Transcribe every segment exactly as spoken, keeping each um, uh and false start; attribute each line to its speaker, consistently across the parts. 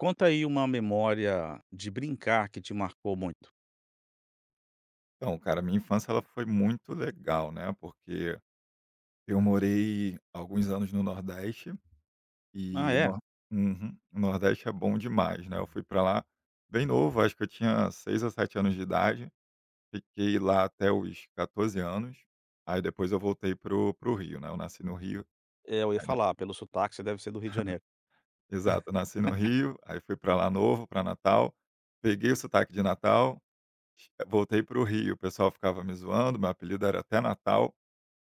Speaker 1: Conta aí uma memória de brincar que te marcou muito.
Speaker 2: Então, cara, minha infância ela foi muito legal, né, porque eu morei alguns anos no Nordeste
Speaker 1: Ah,
Speaker 2: e
Speaker 1: é?
Speaker 2: no Uhum. O Nordeste é bom demais, né, eu fui para lá bem novo, acho que eu tinha seis ou sete anos de idade, fiquei lá até os catorze anos, aí depois eu voltei pro o Rio, né, eu nasci no Rio.
Speaker 1: É, eu ia
Speaker 2: Aí na
Speaker 1: falar, pelo sotaque você deve ser do Rio de Janeiro.
Speaker 2: Exato, eu nasci no Rio, aí fui para lá novo, para Natal, peguei o sotaque de Natal, voltei pro Rio, o pessoal ficava me zoando, meu apelido era até Natal,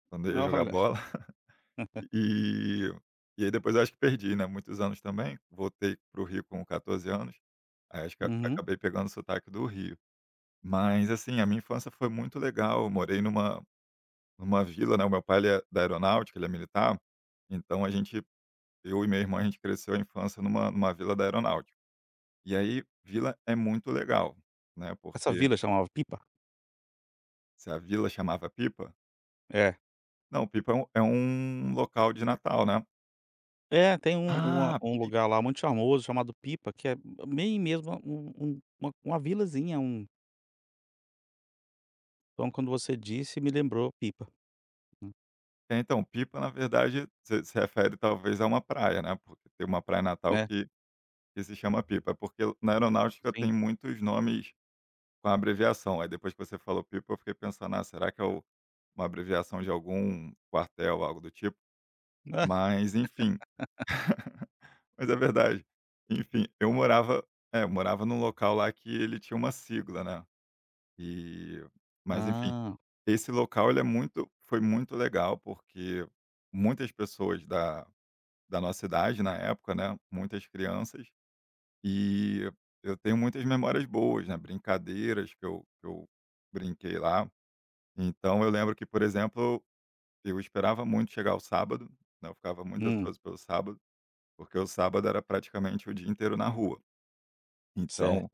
Speaker 2: quando eu ia jogar
Speaker 1: Olha.
Speaker 2: bola. E e aí depois eu acho que perdi, né, muitos anos também, voltei para o Rio com catorze anos, aí acho que a-
Speaker 1: Uhum.
Speaker 2: acabei pegando o sotaque do Rio. Mas, assim, a minha infância foi muito legal, eu morei numa numa vila, né. O meu pai ele é da aeronáutica, ele é militar, então a gente eu e minha irmã, a gente cresceu a infância numa numa vila da aeronáutica. E aí vila é muito legal, né,
Speaker 1: Essa
Speaker 2: porque...
Speaker 1: vila chamava Pipa?
Speaker 2: Se a vila chamava Pipa?
Speaker 1: É.
Speaker 2: Não, Pipa é um é um local de Natal, né.
Speaker 1: É, tem um uma
Speaker 2: "Ah."
Speaker 1: um lugar lá muito charmoso chamado Pipa, que é bem mesmo um um uma uma vilazinha, um então quando você disse, me lembrou Pipa,
Speaker 2: É, então, Pipa, na verdade, você se refere talvez a uma praia, né, porque tem uma praia em Natal
Speaker 1: né.
Speaker 2: que que se chama Pipa. Porque na aeronáutica tem
Speaker 1: Sim.
Speaker 2: muitos nomes com abreviação, aí depois que você falou Pipa eu fiquei pensando: "Ah, será que é o uma abreviação de algum quartel, algo do tipo?". Mas enfim, mas é verdade. Enfim, eu morava... é, eu morava num local lá que ele tinha uma sigla, né, e mas enfim,
Speaker 1: Ah. Ah.
Speaker 2: esse local ele é muito foi muito legal, porque muitas pessoas da da nossa idade na época, né, muitas crianças. E eu tenho muitas memórias boas, né, brincadeiras que eu que eu brinquei lá. Então eu lembro que, por exemplo, eu esperava muito chegar o sábado, né, eu ficava muito
Speaker 1: Hum,
Speaker 2: ansioso pelo sábado, porque o sábado era praticamente o dia inteiro na rua.
Speaker 1: certo.
Speaker 2: Então,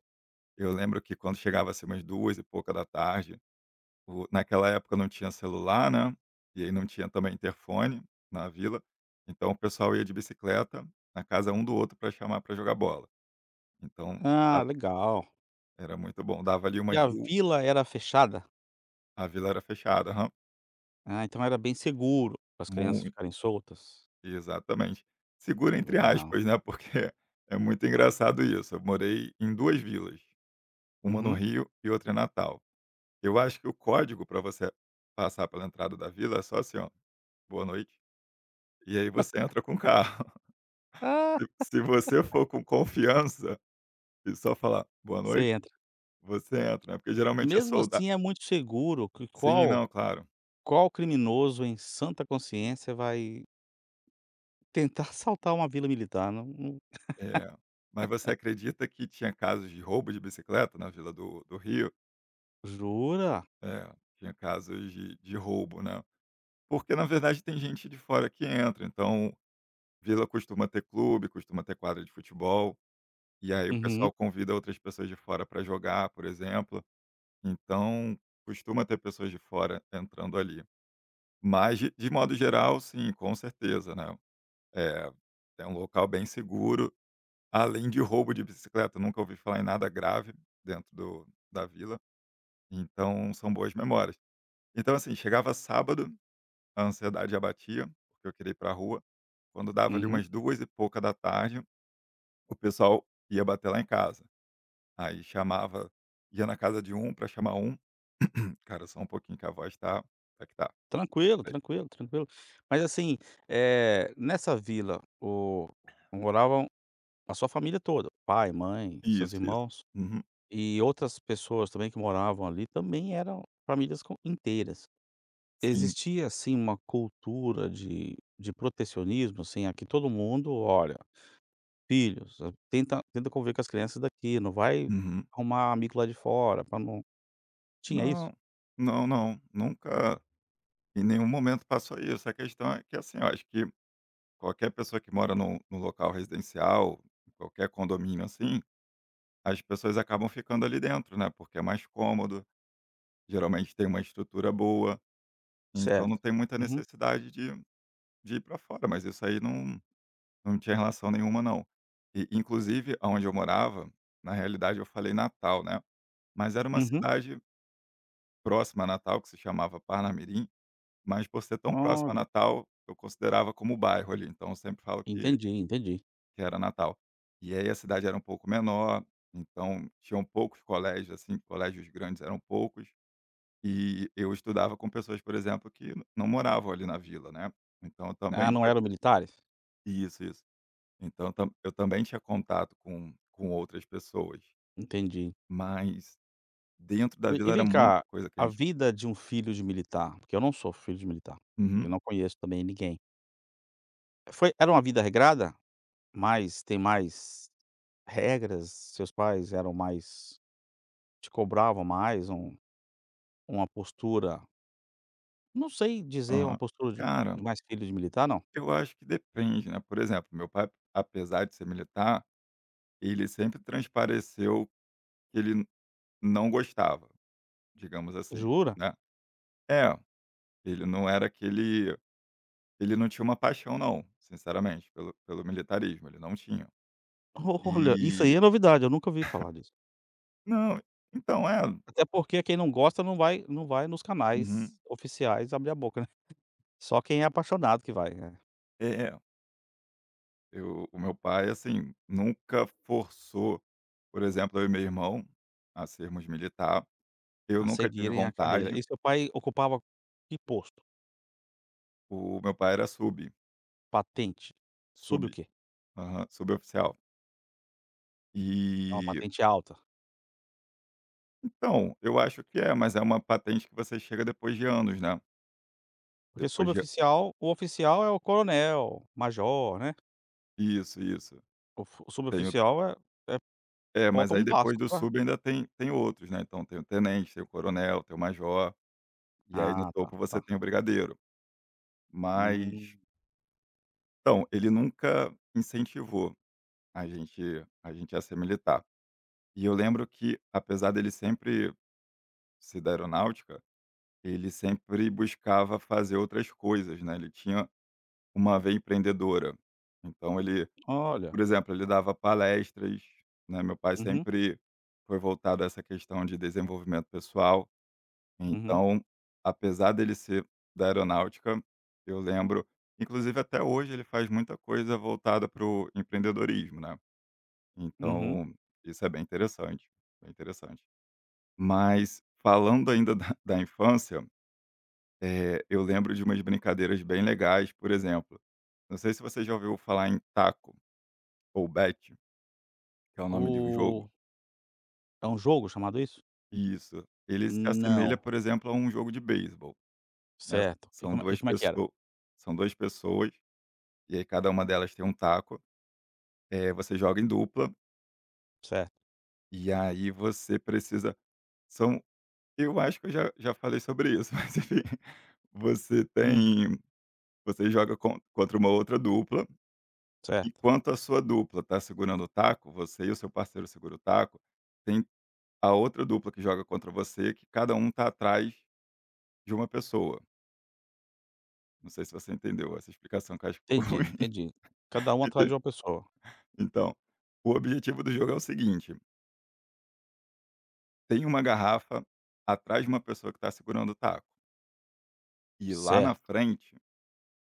Speaker 2: eu lembro que quando chegava, assim, umas duas da tarde, o naquela época não tinha celular, né, e aí não tinha também interfone na vila, então o pessoal ia de bicicleta na casa um do outro para chamar para jogar bola. Então, a
Speaker 1: Ah, legal.
Speaker 2: era muito bom, dava ali
Speaker 1: E
Speaker 2: umas
Speaker 1: a
Speaker 2: du
Speaker 1: vila era fechada?
Speaker 2: a vila era fechada, aham.
Speaker 1: Ah, então era bem seguro para as crianças
Speaker 2: Muito,
Speaker 1: ficarem soltas.
Speaker 2: exatamente. Segura entre
Speaker 1: Legal.
Speaker 2: aspas, né, porque é muito engraçado isso, eu morei em duas vilas, uma no
Speaker 1: Uhum.
Speaker 2: Rio e outra em Natal. Eu acho que o código para você passar pela entrada da vila é só assim, ó, "boa noite", e aí você entra com o carro.
Speaker 1: Ah,
Speaker 2: Se se você for com confiança e só falar "boa noite",
Speaker 1: você entra.
Speaker 2: você entra, né, porque geralmente é
Speaker 1: Mesmo
Speaker 2: soldado.
Speaker 1: assim é muito seguro, que
Speaker 2: Sim,
Speaker 1: qual
Speaker 2: não, claro.
Speaker 1: qual criminoso em Santa consciência vai tentar assaltar uma vila militar? Não, não.
Speaker 2: É. Mas você acredita que tinha casos de roubo de bicicleta na vila do do Rio?
Speaker 1: Jura?
Speaker 2: É, tinha casos de de roubo, né. Porque na verdade tem gente de fora que entra, então vila costuma ter clube, costuma ter quadra de futebol, e aí o
Speaker 1: Uhum,
Speaker 2: pessoal convida outras pessoas de fora para jogar, por exemplo, então costuma ter pessoas de fora entrando ali. Mas de de modo geral, sim, com certeza, né, eh, é um local bem seguro. Além de roubo de bicicleta, nunca ouvi falar em nada grave dentro do da vila, então são boas memórias. Então, assim, chegava sábado, a ansiedade já batia, porque eu queria ir para a rua. Quando dava ali
Speaker 1: uhum.
Speaker 2: umas duas e pouca, da tarde, o pessoal ia bater lá em casa. Aí chamava Ia na casa de um para chamar um cara, só um pouquinho que a voz tá tá que tá.
Speaker 1: Tranquilo,
Speaker 2: É
Speaker 1: tranquilo, tranquilo. Mas assim, eh, nessa vila, o moravam a sua família toda, pai, mãe, seus
Speaker 2: isso, isso.
Speaker 1: irmãos
Speaker 2: Uhum,
Speaker 1: e outras pessoas também que moravam ali, também eram famílias com inteiras.
Speaker 2: sim.
Speaker 1: Existia, assim, uma cultura de de protecionismo, assim, aqui todo mundo: "Olha, filhos, eh, tenta tenta conviver com as crianças daqui, não vai
Speaker 2: Uhum.
Speaker 1: arrumar amigo lá de fora para não". Tinha isso?
Speaker 2: Não, não, não, nunca em nenhum momento passou isso. A questão é que, assim, eu acho que qualquer pessoa que mora num num local residencial, em qualquer condomínio assim, as pessoas acabam ficando ali dentro, né, porque é mais cômodo, geralmente tem uma estrutura boa, então não
Speaker 1: Certo.
Speaker 2: tem muita
Speaker 1: Uhum,
Speaker 2: necessidade de de ir para fora, mas isso aí não não tinha relação nenhuma não. E inclusive aonde eu morava, na realidade eu falei Natal, né, mas era uma
Speaker 1: uhum.
Speaker 2: cidade próxima a Natal que se chamava Parnamirim, mas por ser tão próxima a
Speaker 1: Olha,
Speaker 2: Natal, eu considerava como bairro ali, então eu sempre falo que
Speaker 1: entendi, entendi.
Speaker 2: que era Natal. E aí a cidade era um pouco menor, então tinham poucos colégios, assim, colégios grandes eram poucos, e eu estudava com pessoas, por exemplo, que n- não moravam ali na vila, né? Então eu
Speaker 1: Ah,
Speaker 2: também
Speaker 1: não
Speaker 2: tinha
Speaker 1: eram
Speaker 2: con-
Speaker 1: militares?
Speaker 2: isso, isso. Então tam- eu também tinha contato com, com outras pessoas,
Speaker 1: Entendi.
Speaker 2: mas dentro da
Speaker 1: E e
Speaker 2: vila era
Speaker 1: vem cá,
Speaker 2: muita coisa que a
Speaker 1: a
Speaker 2: gente.
Speaker 1: vida de um filho de militar, porque eu não sou filho de militar, eu
Speaker 2: Uhum,
Speaker 1: não conheço também ninguém. Foi era uma vida regrada? Mas tem mais regras? Seus pais eram mais. Te cobrava mais um uma postura, não sei dizer uma
Speaker 2: aham.
Speaker 1: postura de
Speaker 2: Cara,
Speaker 1: de mais filho de militar não.
Speaker 2: eu acho que depende, né? Por exemplo, meu pai, apesar de ser militar, ele sempre transpareceu que ele não gostava. Digamos assim,
Speaker 1: Jura?
Speaker 2: né. É, ele não era aquele ele não tinha uma paixão não, sinceramente, pelo pelo militarismo, ele não tinha.
Speaker 1: Olha, isso aí
Speaker 2: E
Speaker 1: é novidade, eu nunca ouvi falar disso.
Speaker 2: não, então, é.
Speaker 1: Até porque quem não gosta não vai não vai nos
Speaker 2: Uhum.
Speaker 1: canais oficiais abrir a boca, né. Só quem é apaixonado que vai, eh,
Speaker 2: É, é. Eu O meu pai, assim, nunca forçou, por exemplo, eu e meu irmão a sermos militar, eu
Speaker 1: a
Speaker 2: nunca tive
Speaker 1: seguirem a carreira.
Speaker 2: vontade.
Speaker 1: E seu pai ocupava que posto?
Speaker 2: O meu pai era sub,
Speaker 1: Patente? Sub
Speaker 2: sub.
Speaker 1: o quê?
Speaker 2: Aham, suboficial.
Speaker 1: É uma
Speaker 2: E,
Speaker 1: patente alta?
Speaker 2: então, eu acho que é, mas é uma patente que você chega depois de anos, né,
Speaker 1: Porque
Speaker 2: depois de
Speaker 1: suboficial o oficial é o coronel, major, né.
Speaker 2: isso, isso.
Speaker 1: O f
Speaker 2: Tem o
Speaker 1: Suboficial é é
Speaker 2: É, mas
Speaker 1: falta
Speaker 2: aí
Speaker 1: um passo
Speaker 2: depois do
Speaker 1: pra.
Speaker 2: sub ainda tem tem outros, né, então tem o tenente, tem o coronel, tem o major, e aí no
Speaker 1: Ah, tá.
Speaker 2: topo você tem
Speaker 1: Tá.
Speaker 2: o brigadeiro. Mas
Speaker 1: Hum,
Speaker 2: então, ele nunca incentivou a gente a gente a ser militar. E eu lembro que, apesar dele sempre ser da aeronáutica, ele sempre buscava fazer outras coisas, né, ele tinha uma veia empreendedora. Então ele,
Speaker 1: olha.
Speaker 2: por exemplo, ele dava palestras, né, meu pai
Speaker 1: Uhum,
Speaker 2: sempre foi voltado a essa questão de desenvolvimento pessoal.
Speaker 1: uhum,
Speaker 2: Então, apesar dele ser da aeronáutica, eu lembro, inclusive, até hoje ele faz muita coisa voltada para o empreendedorismo, né.
Speaker 1: uhum.
Speaker 2: Então, isso é bem interessante, bem interessante. Mas falando ainda da da infância, eh, eu lembro de umas brincadeiras bem legais, por exemplo, não sei se você já ouviu falar em taco ou bet, que é o nome de um jogo.
Speaker 1: O É um jogo chamado isso?
Speaker 2: Isso, ele se assemelha,
Speaker 1: Não.
Speaker 2: por exemplo, a um jogo de beisebol, né,
Speaker 1: Certo. E
Speaker 2: são
Speaker 1: como e
Speaker 2: duas
Speaker 1: como é que era?
Speaker 2: pessoas são duas pessoas e aí cada uma delas tem um taco, eh, você joga em dupla,
Speaker 1: Certo.
Speaker 2: e aí você precisa... são eu acho que eu já já falei sobre isso, mas enfim, você
Speaker 1: Hum,
Speaker 2: tem... você joga con contra uma outra dupla,
Speaker 1: certo.
Speaker 2: enquanto a sua dupla está segurando o taco, você e o seu parceiro segura o taco, tem a outra dupla que joga contra você, que cada um tá atrás de uma pessoa. Não sei se você entendeu essa explicação que eu acho que ficou
Speaker 1: Entendi,
Speaker 2: ruim.
Speaker 1: entendi. Cada um atrás
Speaker 2: Ente-
Speaker 1: de uma pessoa.
Speaker 2: Então, o objetivo do jogo é o seguinte: tem uma garrafa atrás de uma pessoa que está segurando o taco. E lá na
Speaker 1: Certo,
Speaker 2: frente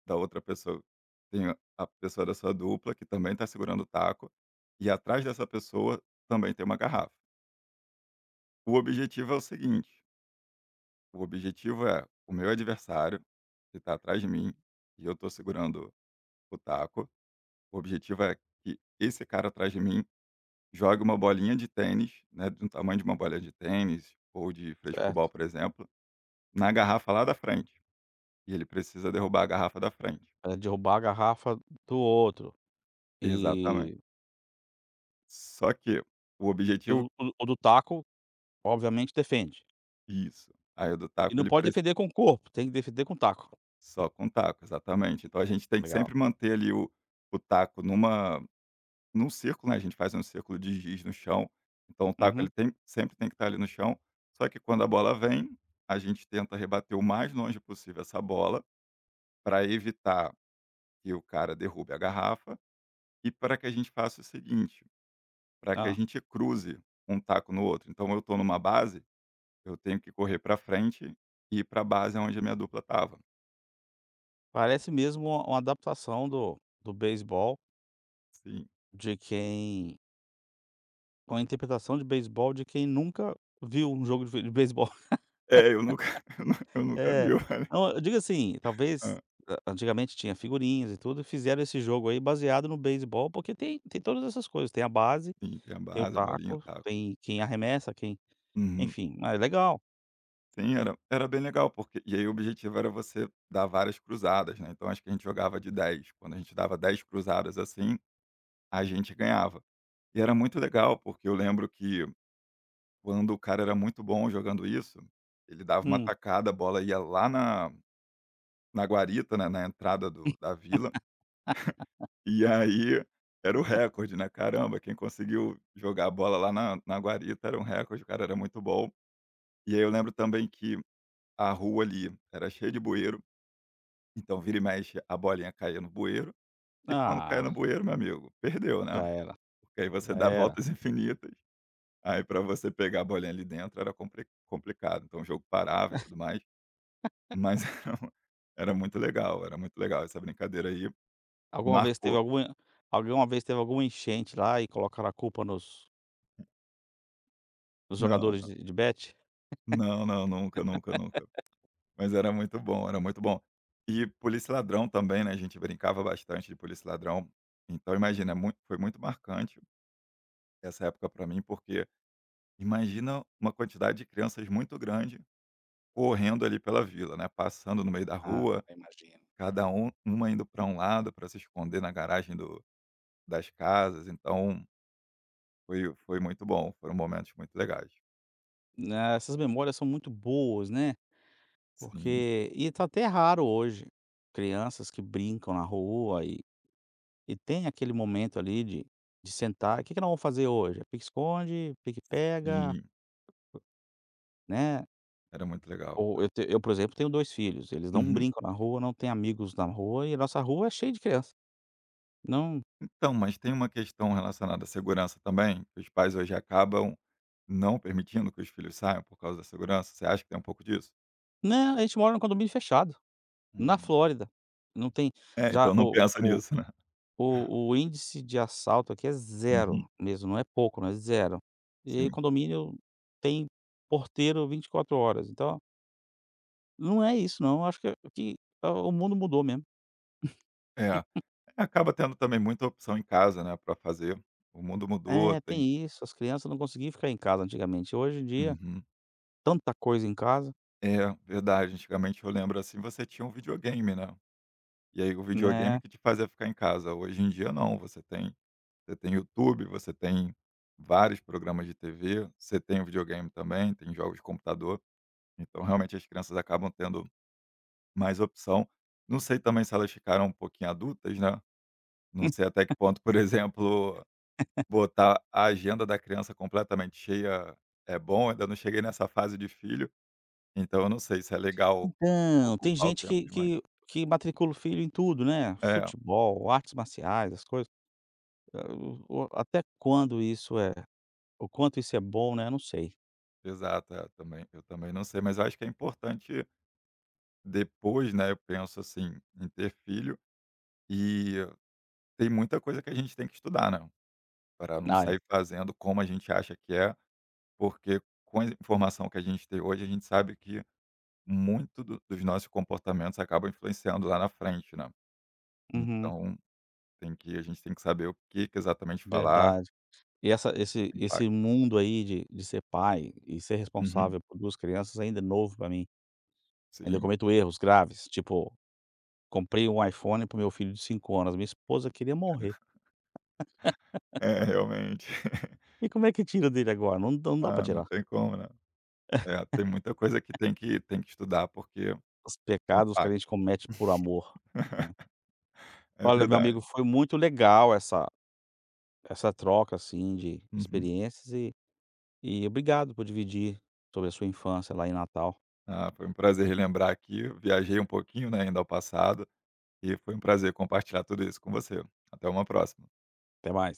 Speaker 2: da outra pessoa, tem a a pessoa da sua dupla que também está segurando o taco. E atrás dessa pessoa também tem uma garrafa. O objetivo é o seguinte: o objetivo é o meu adversário, que está atrás de mim, e eu estou segurando o taco. O objetivo é que esse cara atrás de mim jogue uma bolinha de tênis, né, do tamanho de uma bolinha de tênis ou de frescobol,
Speaker 1: certo.
Speaker 2: por exemplo, na garrafa lá da frente. E ele precisa derrubar a garrafa da frente.
Speaker 1: Era derrubar a garrafa do outro.
Speaker 2: Exatamente.
Speaker 1: E
Speaker 2: Só que o
Speaker 1: e o
Speaker 2: objetivo...
Speaker 1: o o do taco, obviamente, defende.
Speaker 2: isso. Aí o do
Speaker 1: E
Speaker 2: taco
Speaker 1: não
Speaker 2: ele
Speaker 1: pode
Speaker 2: preci
Speaker 1: defender com o corpo, tem que defender com o taco.
Speaker 2: só com taco, exatamente. Então a gente tem que sempre
Speaker 1: Legal.
Speaker 2: manter ali o o taco numa num círculo, né, a gente faz um círculo de giz no chão, então o taco
Speaker 1: Uhum.
Speaker 2: ele tem sempre tem que estar ali no chão, só que quando a bola vem, a gente tenta rebater o mais longe possível essa bola, para evitar que o cara derrube a garrafa e para que a gente faça o seguinte: para que a
Speaker 1: Hã.
Speaker 2: gente cruze um taco no outro. Então eu estou numa base, eu tenho que correr para frente e ir para a base aonde a minha dupla estava.
Speaker 1: Parece mesmo uma uma adaptação do do beisebol
Speaker 2: Sim.
Speaker 1: de quem. Com a interpretação de beisebol de quem nunca viu um jogo de be de beisebol.
Speaker 2: É, eu nunca eu nu eu nunca
Speaker 1: É.
Speaker 2: vi o vôlei.
Speaker 1: Não, eu digo assim, talvez
Speaker 2: Hã.
Speaker 1: a antigamente tinha figurinhas e tudo, e fizeram esse jogo aí baseado no beisebol, porque tem tem todas essas coisas, tem a base,
Speaker 2: Sim, tem a
Speaker 1: tem o
Speaker 2: base, a bolinha, o
Speaker 1: taco,
Speaker 2: taco.
Speaker 1: tem quem arremessa, quem
Speaker 2: Uhum.
Speaker 1: enfim, ah, é legal.
Speaker 2: Sim, era era bem legal, porque e aí o objetivo era você dar várias cruzadas, né, então acho que a gente jogava de dez, quando a gente dava dez cruzadas assim, a gente ganhava. E era muito legal, porque eu lembro que quando o cara era muito bom jogando isso, ele dava uma
Speaker 1: Hum.
Speaker 2: tacada, a bola ia lá na na guarita, né, na entrada do da vila, e aí era o recorde, né, caramba, quem conseguiu jogar a bola lá na na guarita era um recorde, o cara era muito bom. E aí eu lembro também que a rua ali era cheia de bueiro, então vira e mexe a bolinha caía no bueiro, e quando caía
Speaker 1: Ah,
Speaker 2: no bueiro, meu amigo, perdeu, né,
Speaker 1: já era,
Speaker 2: porque aí você
Speaker 1: já
Speaker 2: dá
Speaker 1: era.
Speaker 2: voltas infinitas, aí para você pegar a bolinha ali dentro era compli complicado, então o jogo parava e tudo mais, mas era um- era muito legal, era muito legal essa brincadeira aí,
Speaker 1: Alguma vez teve
Speaker 2: marcou.
Speaker 1: alguma Alguma vez teve alguma enchente lá e colocaram a culpa nos nos
Speaker 2: Não,
Speaker 1: jogadores
Speaker 2: não.
Speaker 1: de de bet?
Speaker 2: Não, não, nunca, nunca, nunca. Mas era muito bom, era muito bom. E Polícia e Ladrão também, né, a gente brincava bastante de Polícia e Ladrão. Então imagina, é mui foi muito marcante essa época para mim, porque imagina uma quantidade de crianças muito grande correndo ali pela vila, né, passando no meio da
Speaker 1: Ah,
Speaker 2: rua,
Speaker 1: imagino.
Speaker 2: cada um uma indo para um lado para se esconder na garagem do das casas, então foi foi muito bom, foram momentos muito legais.
Speaker 1: Ah, essas memórias são muito boas, né?
Speaker 2: Sim,
Speaker 1: Porque e tá até raro hoje, crianças que brincam na rua e e tem aquele momento ali de de sentar: "O que que nós vamos fazer hoje? É pique-esconde, pique-pega",
Speaker 2: sim,
Speaker 1: né.
Speaker 2: era muito legal.
Speaker 1: Ou eu te eu, por exemplo, tenho dois filhos, eles não
Speaker 2: Uhum.
Speaker 1: brincam na rua, não têm amigos na rua e a nossa rua é cheia de criança. Não,
Speaker 2: Então, mas tem uma questão relacionada à segurança também, que os pais hoje acabam não permitindo que os filhos saiam por causa da segurança? Você acha que tem um pouco disso?
Speaker 1: não, a gente mora num condomínio fechado, na
Speaker 2: Uhum.
Speaker 1: Flórida, não tem.
Speaker 2: É,
Speaker 1: Já
Speaker 2: então não
Speaker 1: o
Speaker 2: pensa
Speaker 1: O
Speaker 2: nisso, né?
Speaker 1: o índice de assalto aqui é zero
Speaker 2: Uhum.
Speaker 1: mesmo, não é pouco, não, é zero. E aí
Speaker 2: Sim.
Speaker 1: condomínio tem porteiro vinte e quatro horas, então não é isso não, acho que que ah, o mundo mudou mesmo.
Speaker 2: É. É. Acaba tendo também muita opção em casa, né, para fazer. O mundo mudou,
Speaker 1: É,
Speaker 2: tem...
Speaker 1: tem isso, as crianças não conseguiam ficar em casa antigamente, hoje em dia,
Speaker 2: Uhum.
Speaker 1: tanta coisa em casa,
Speaker 2: É, verdade. Antigamente eu lembro assim, você tinha um videogame, né. E aí o videogame
Speaker 1: né.
Speaker 2: que te fazia ficar em casa. Hoje em dia não, você tem... Você tem YouTube, você tem vários programas de T V, você tem o videogame também, tem jogos de computador. Então, realmente, as crianças acabam tendo mais opção. Não sei também se elas ficaram um pouquinho adultas, né? Não sei até que ponto, por exemplo, botar a agenda da criança completamente cheia é bom. Ainda não cheguei nessa fase de filho, então eu não sei se é legal
Speaker 1: Então, tem
Speaker 2: ocupar o
Speaker 1: gente
Speaker 2: tempo
Speaker 1: que
Speaker 2: demais.
Speaker 1: que que matricula o filho em tudo, né,
Speaker 2: É,
Speaker 1: futebol, artes marciais, as coisas. Ah, o o até quando isso é o quanto isso é bom, né. Eu não sei.
Speaker 2: exato, é, também, eu também não sei, mas eu acho que é importante depois, né? Eu penso assim, em ter filho. E tem muita coisa que a gente tem que estudar, né, para não
Speaker 1: Ah, é.
Speaker 2: sair fazendo como a gente acha que é, porque com a informação que a gente tem hoje, a gente sabe que muito do dos nossos comportamentos acabam influenciando lá na frente, né.
Speaker 1: Uhum.
Speaker 2: Então tem que a gente tem que saber o que que exatamente falar,
Speaker 1: Verdade. E essa esse esse
Speaker 2: impacto.
Speaker 1: mundo aí de de ser pai e ser
Speaker 2: Uhum,
Speaker 1: responsável por duas crianças ainda é novo pra mim. Ainda
Speaker 2: sim.
Speaker 1: cometo erros graves, tipo, comprei um iPhone para meu filho de cinco anos, minha esposa queria morrer.
Speaker 2: É, realmente.
Speaker 1: E como é que tira dele agora? Não dá, não dá pra
Speaker 2: Ah, não
Speaker 1: tirar.
Speaker 2: tem como, né. É, tem muita coisa que tem que tem que estudar, porque
Speaker 1: Os pecados que a gente
Speaker 2: impacta.
Speaker 1: comete por amor, né.
Speaker 2: É
Speaker 1: Olha, meu amigo,
Speaker 2: verdade.
Speaker 1: foi muito legal essa essa troca, assim, de
Speaker 2: Uhum.
Speaker 1: experiências e e obrigado por dividir sobre a sua infância lá em Natal.
Speaker 2: Ah, foi um prazer relembrar aqui. Viajei um pouquinho, né, ainda ao passado, e foi um prazer compartilhar tudo isso com você. Até uma próxima.
Speaker 1: Até mais.